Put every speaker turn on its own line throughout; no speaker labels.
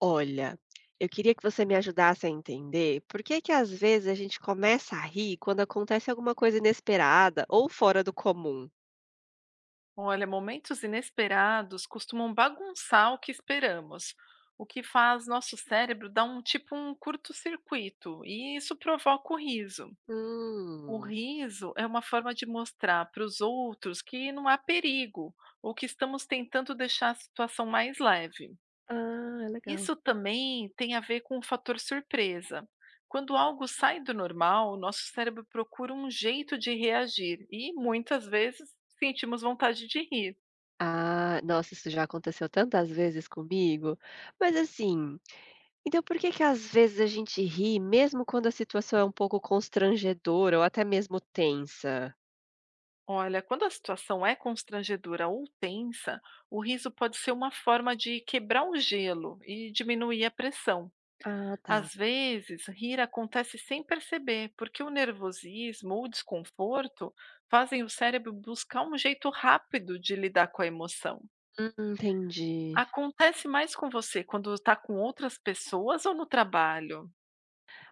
Olha, eu queria que você me ajudasse a entender por que que às vezes a gente começa a rir quando acontece alguma coisa inesperada ou fora do comum.
Olha, momentos inesperados costumam bagunçar o que esperamos, o que faz nosso cérebro dar um tipo um curto-circuito, e isso provoca o riso. O
Hum.
riso é uma forma de mostrar para os outros que não há perigo, ou que estamos tentando deixar a situação mais leve.
Ah, legal.
Isso também tem a ver com o fator surpresa. Quando algo sai do normal, o nosso cérebro procura um jeito de reagir e muitas vezes sentimos vontade de rir.
Ah, nossa, isso já aconteceu tantas vezes comigo. Mas assim, então por que que às vezes a gente ri mesmo quando a situação é um pouco constrangedora ou até mesmo tensa?
Olha, quando a situação é constrangedora ou tensa, o riso pode ser uma forma de quebrar o gelo e diminuir a pressão.
Ah, tá.
Às vezes, rir acontece sem perceber, porque o nervosismo ou desconforto fazem o cérebro buscar um jeito rápido de lidar com a emoção.
Entendi.
Acontece mais com você quando está com outras pessoas ou no trabalho?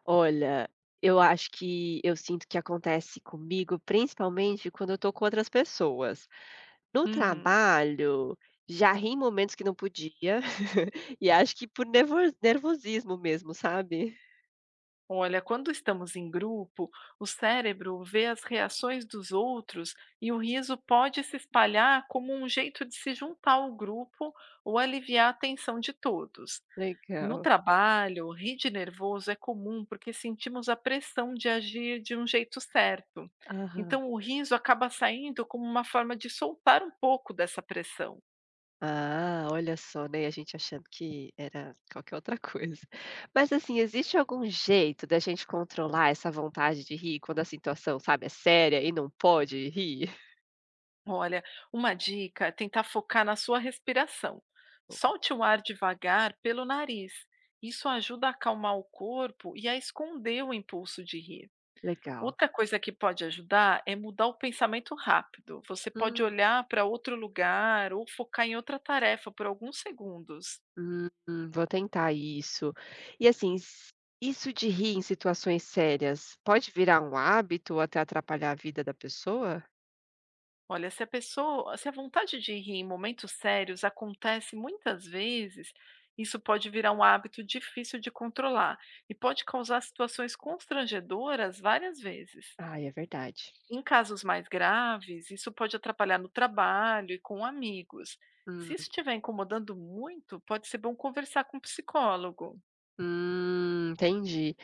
Olha, eu acho que eu sinto que acontece comigo, principalmente quando eu tô com outras pessoas. No
Uhum.
trabalho, já ri em momentos que não podia, e acho que por nervosismo mesmo, sabe.
Olha, quando estamos em grupo, o cérebro vê as reações dos outros e o riso pode se espalhar como um jeito de se juntar ao grupo ou aliviar a tensão de todos. No
Legal.
trabalho, rir de nervoso é comum porque sentimos a pressão de agir de um jeito certo.
Aham.
Então, o riso acaba saindo como uma forma de soltar um pouco dessa pressão.
Ah, olha só, né, a gente achando que era qualquer outra coisa. Mas, assim, existe algum jeito da gente controlar essa vontade de rir quando a situação, sabe, é séria e não pode rir?
Olha, uma dica é tentar focar na sua respiração. Solte o ar devagar pelo nariz. Isso ajuda a acalmar o corpo e a esconder o impulso de rir.
Legal.
Outra coisa que pode ajudar é mudar o pensamento rápido. Você pode
Hum.
olhar para outro lugar ou focar em outra tarefa por alguns segundos.
Hum, vou tentar isso. E assim, s isso de rir em situações sérias pode virar um hábito ou até atrapalhar a vida da pessoa?
Olha, se a vontade de rir em momentos sérios acontece muitas vezes, isso pode virar um hábito difícil de controlar e pode causar situações constrangedoras várias vezes.
Ah, é verdade.
Em casos mais graves, isso pode atrapalhar no trabalho e com amigos. Se
Hum,
isso estiver incomodando muito, pode ser bom conversar com um psicólogo.
entendi.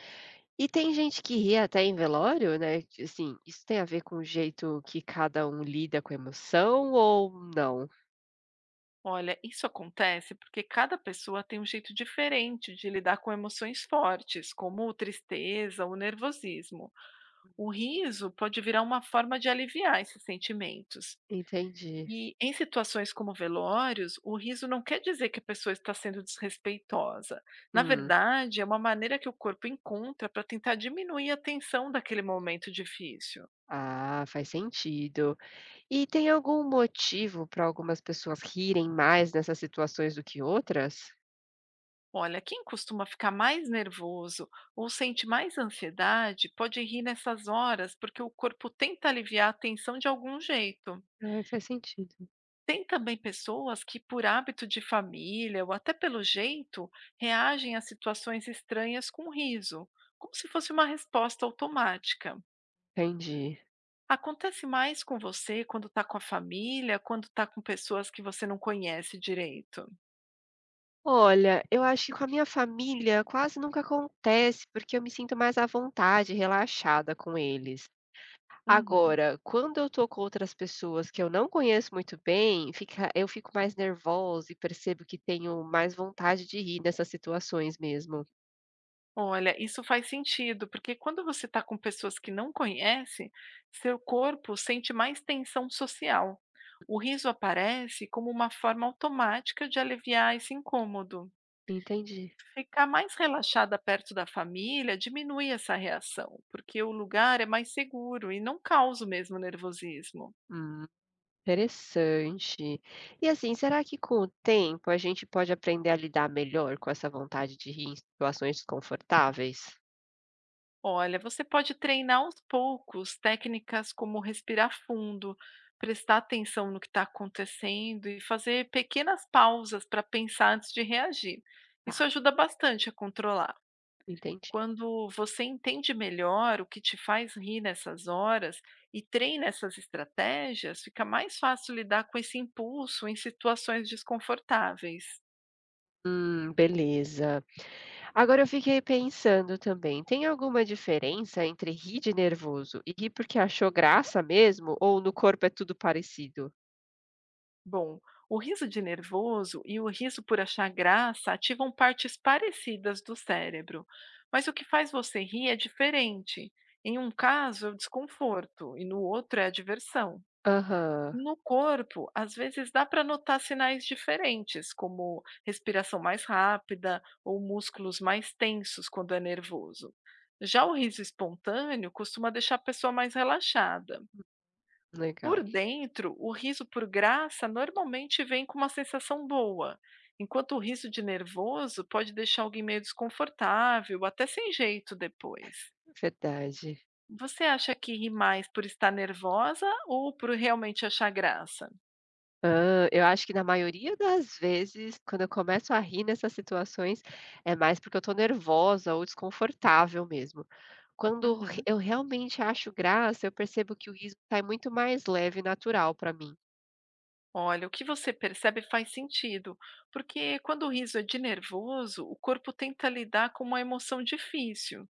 E tem gente que ri até em velório, né, que assim, isso tem a ver com o jeito que cada um lida com a emoção ou não?
Olha, isso acontece porque cada pessoa tem um jeito diferente de lidar com emoções fortes, como tristeza ou nervosismo. O riso pode virar uma forma de aliviar esses sentimentos.
Entendi.
E em situações como velórios, o riso não quer dizer que a pessoa está sendo desrespeitosa. Na
Hum,
verdade, é uma maneira que o corpo encontra para tentar diminuir a tensão daquele momento difícil.
ah, faz sentido. E tem algum motivo para algumas pessoas rirem mais nessas situações do que outras?
Olha, quem costuma ficar mais nervoso ou sente mais ansiedade pode rir nessas horas porque o corpo tenta aliviar a tensão de algum jeito.
Ai, faz sentido.
Tem também pessoas que, por hábito de família ou até pelo jeito, reagem a situações estranhas com riso, como se fosse uma resposta automática.
Entendi.
Acontece mais com você quando está com a família, quando está com pessoas que você não conhece direito.
Olha, eu acho que com a minha família quase nunca acontece, porque eu me sinto mais à vontade, relaxada com eles.
Uhum.
Agora, quando eu tô com outras pessoas que eu não conheço muito bem, eu fico mais nervosa e percebo que tenho mais vontade de rir nessas situações mesmo.
Olha, isso faz sentido, porque quando você está com pessoas que não conhece, seu corpo sente mais tensão social. O riso aparece como uma forma automática de aliviar esse incômodo.
Entendi.
Ficar mais relaxada perto da família diminui essa reação, porque o lugar é mais seguro e não causa o mesmo nervosismo.
Hum, interessante. E assim, será que com o tempo a gente pode aprender a lidar melhor com essa vontade de rir em situações desconfortáveis?
Olha, você pode treinar aos poucos técnicas como respirar fundo, prestar atenção no que está acontecendo e fazer pequenas pausas para pensar antes de reagir. Isso ajuda bastante a controlar.
Entendi.
Quando você entende melhor o que te faz rir nessas horas e treina essas estratégias, fica mais fácil lidar com esse impulso em situações desconfortáveis.
Beleza. Agora eu fiquei pensando também, tem alguma diferença entre rir de nervoso e rir porque achou graça mesmo, ou no corpo é tudo parecido?
Bom, o riso de nervoso e o riso por achar graça ativam partes parecidas do cérebro, mas o que faz você rir é diferente. Em um caso é o desconforto e no outro é a diversão.
Aham,
No corpo, às vezes dá para notar sinais diferentes, como respiração mais rápida ou músculos mais tensos quando é nervoso. Já o riso espontâneo costuma deixar a pessoa mais relaxada. Por
legal,
dentro, o riso por graça normalmente vem com uma sensação boa, enquanto o riso de nervoso pode deixar alguém meio desconfortável, até sem jeito depois.
verdade.
Você acha que ri mais por estar nervosa ou por realmente achar graça?
Ah, eu acho que na maioria das vezes, quando eu começo a rir nessas situações, é mais porque eu tô nervosa ou desconfortável mesmo.
Uhum.
Eu realmente acho graça, eu percebo que o riso sai muito mais leve e natural pra mim.
Olha, o que você percebe faz sentido, porque quando o riso é de nervoso, o corpo tenta lidar com uma emoção difícil.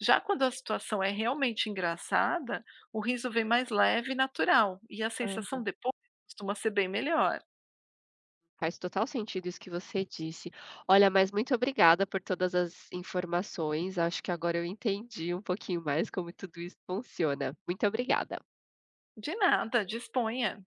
Já quando a situação é realmente engraçada, o riso vem mais leve e natural, e a sensação depois costuma ser bem melhor.
Faz total sentido isso que você disse. Olha, mas muito obrigada por todas as informações. Acho que agora eu entendi um pouquinho mais como tudo isso funciona. Muito obrigada.
De nada, disponha.